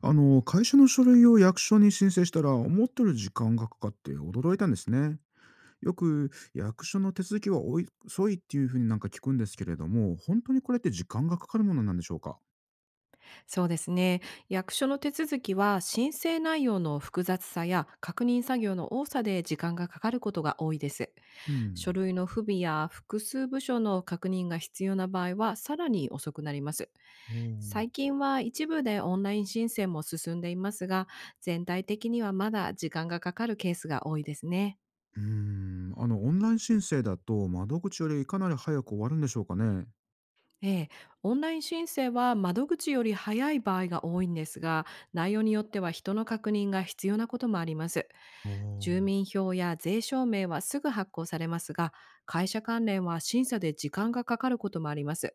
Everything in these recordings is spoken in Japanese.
会社の書類を役所に申請したら、思ってる時間がかかって驚いたんですね。よく役所の手続きはおい遅いっていうふうに聞くんですけれども、本当にこれって時間がかかるものなんでしょうか。そうですね。役所の手続きは申請内容の複雑さや確認作業の多さで時間がかかることが多いです。う書ん。類の不備や複数部署の確認が必要な場合は、さらに遅くなります。おー。最近は一部でオンライン申請も進んでいますが、全体的にはまだ時間がかかるケースが多いですね。うーん。オンライン申請だと窓口よりかなり早く終わるんでしょうかね。ええ、オンライン申請は窓口より早い場合が多いんですが、内容によっては人の確認が必要なこともあります。あ住あ、民票や税証明はすぐ発行されますが、会社関連は審査で時間がかかることもあります。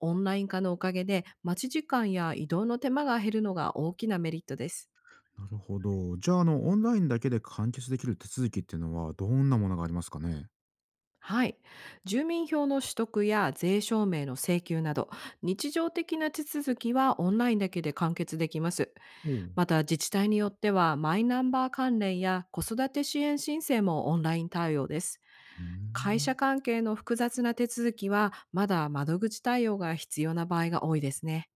オンライン化のおかげで、待ち時間や移動の手間が減るのが大きなメリットです。なるほど。じゃあ、オンラインだけで完結できる手続きっていうのはどんなものがありますかね。はい。住民票の取得や税証明の請求など、日常的な手続きはオンラインだけで完結できます。おう。うまた、自治体によってはマイナンバー関連や子育て支援申請もオンライン対応です。ー会社ん、関係の複雑な手続きは、まだ窓口対応が必要な場合が多いですね。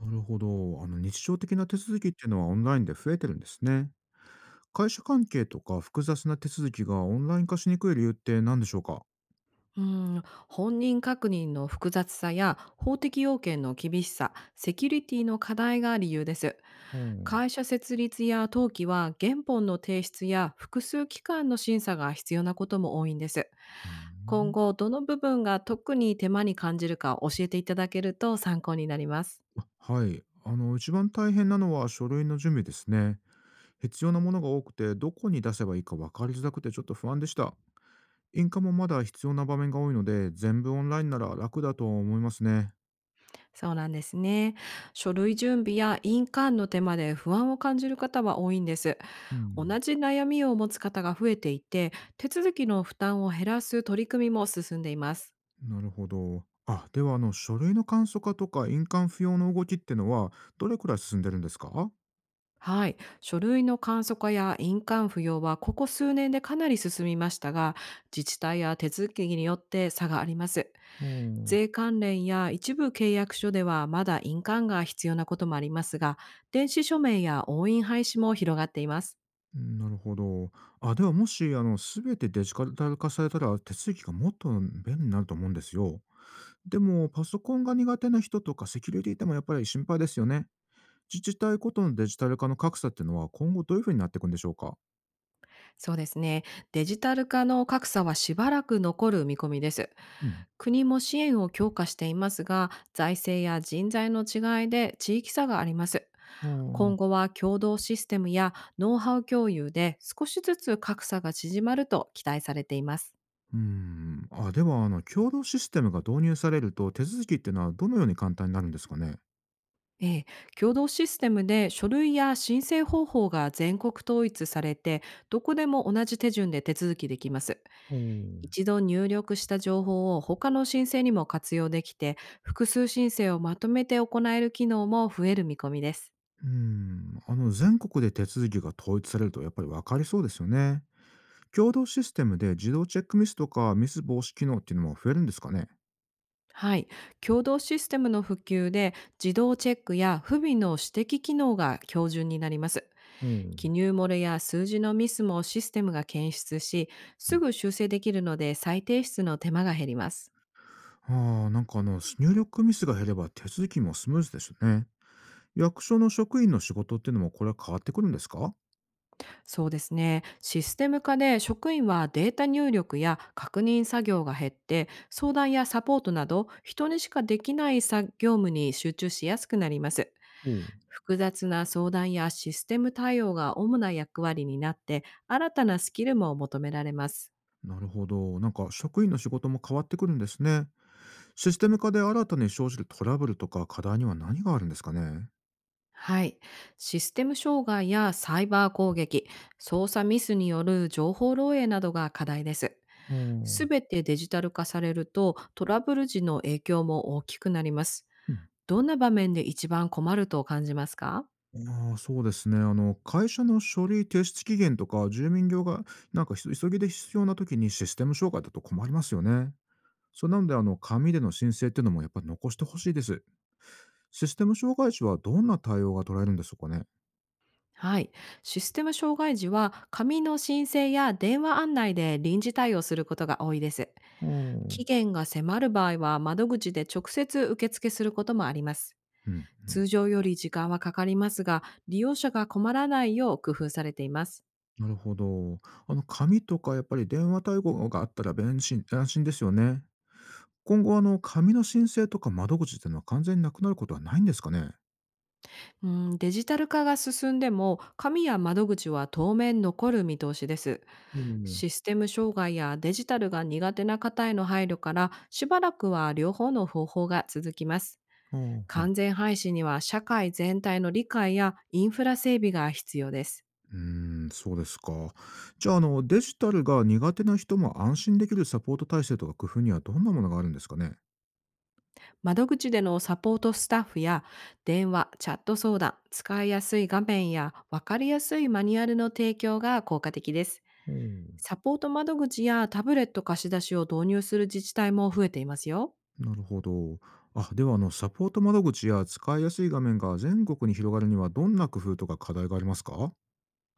なるほど。あの日常的な手続きっていうのはオンラインで増えてるんですね。会社関係とか複雑な手続きがオンライン化しにくい理由って何でしょうか。うん、本人確認の複雑さや法的要件の厳しさ、セキュリティの課題が理由です。うん、う会社設立や登記は、原本の提出や複数機関の審査が必要なことも多いんです。ー今ん。後、どの部分が特に手間に感じるか教えていただけると参考になります。はい。一番大変なのは書類の準備ですね。必要なものが多くて、どこに出せばいいか分かりづらくてちょっと不安でした。印鑑もまだ必要な場面が多いので、全部オンラインなら楽だと思いますね。そうなんですね。書類準備や印鑑の手間で不安を感じる方は多いんです。う同ん、じ悩みを持つ方が増えていて、手続きの負担を減らす取り組みも進んでいます。なるほど。あ、ではあの書類の簡素化とか印鑑不要の動きってのはどれくらい進んでるんですか？はい。書類の簡素化や印鑑不要は、ここ数年でかなり進みましたが、自治体や手続きによって差があります。おん、税関連や一部契約書ではまだ印鑑が必要なこともありますが、電子署名や押印廃止も広がっています。うん、なるほど。あ、ではもし、すべてデジタル化されたら手続きがもっと便利になると思うんですよ。でも、パソコンが苦手な人とかセキュリティでもやっぱり心配ですよね。自治体ごとのデジタル化の格差っていうのは今後どういうふうになっていくんでしょうか。そうですね。デジタル化の格差はしばらく残る見込みです。うん。国も支援を強化していますが、財政や人材の違いで地域差があります。うん、あ今後は、共同システムやノウハウ共有で少しずつ格差が縮まると期待されています。ー、うん。あ、では、共同システムが導入されると手続きっていうのはどのように簡単になるんですかね。ええ、共同システムで書類や申請方法が全国統一されて、どこでも同じ手順で手続きできます。おお、う一度入力した情報を他の申請にも活用できて、複数申請をまとめて行える機能も増える見込みです。ん、あの全国で手続きが統一されるとやっぱり分かりそうですよね。共同システムで自動チェックミスとかミス防止機能っていうのも増えるんですかね。はい。共同システムの普及で、自動チェックや不備の指摘機能が標準になります。おお、記う入漏れや数字のミスもシステムが検出し、すん。ぐ修正できるので再提出の手間が減ります。ああ、あの入力ミスが減れば手続きもスムーズですよね。役所の職員の仕事っていうのもこれは変わってくるんですか。そうですね。システム化で職員はデータ入力や確認作業が減って、相談やサポートなど人にしかできない作業務に集中しやすくなります。おおう。複雑な相談やシステム対応が主な役割になって、新たなスキルも求められます。なるほど。職員の仕事も変わってくるんですね。システム化で新たに生じるトラブルとか課題には何があるんですかね。はい。システム障害やサイバー攻撃、操作ミスによる情報漏洩などが課題です。おすお。べてデジタル化されると、トラブル時の影響も大きくなります。うん。どんな場面で一番困ると感じますか？ああ、そうですね。会社の書類提出期限とか、住民票が、ひ急ぎで必要な時にシステム障害だと困りますよね。そうなので、紙での申請っていうのもやっぱり残してほしいです。システム障害時はどんな対応が取られるんでしょうかね。はい。システム障害時は、紙の申請や電話案内で臨時対応することが多いです。ああ、う期ん、限が迫る場合は、窓口で直接受付することもあります。うん。通常より時間はかかりますが、利用者が困らないよう工夫されています。なるほど。紙とかやっぱり電話対応があったら便心安心ですよね。今後、紙の申請とか窓口っていうのは完全になくなることはないんですかね。うん、デジタル化が進んでも紙や窓口は当面残る見通しです。うん。システム障害やデジタルが苦手な方への配慮から、しばらくは両方の方法が続きます。ああ、完全廃止には社会全体の理解やインフラ整備が必要です。うーん、そうですか。じゃあ、デジタルが苦手な人も安心できるサポート体制とか工夫にはどんなものがあるんですかね？窓口でのサポートスタッフや電話、チャット相談、使いやすい画面や分かりやすいマニュアルの提供が効果的です。おお、サポート窓口やタブレット貸し出しを導入する自治体も増えていますよ。なるほど。あ、では、サポート窓口や使いやすい画面が全国に広がるにはどんな工夫とか課題がありますか？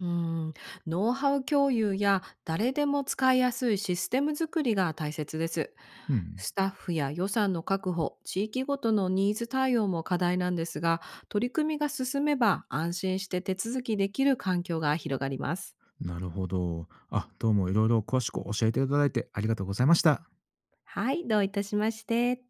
うん、ノウハウ共有や誰でも使いやすいシステム作りが大切です。うん、スタッフや予算の確保、地域ごとのニーズ対応も課題なんですが、取り組みが進めば安心して手続きできる環境が広がります。なるほど。あ、どうもいろいろ詳しく教えていただいてありがとうございました。はい、どういたしまして。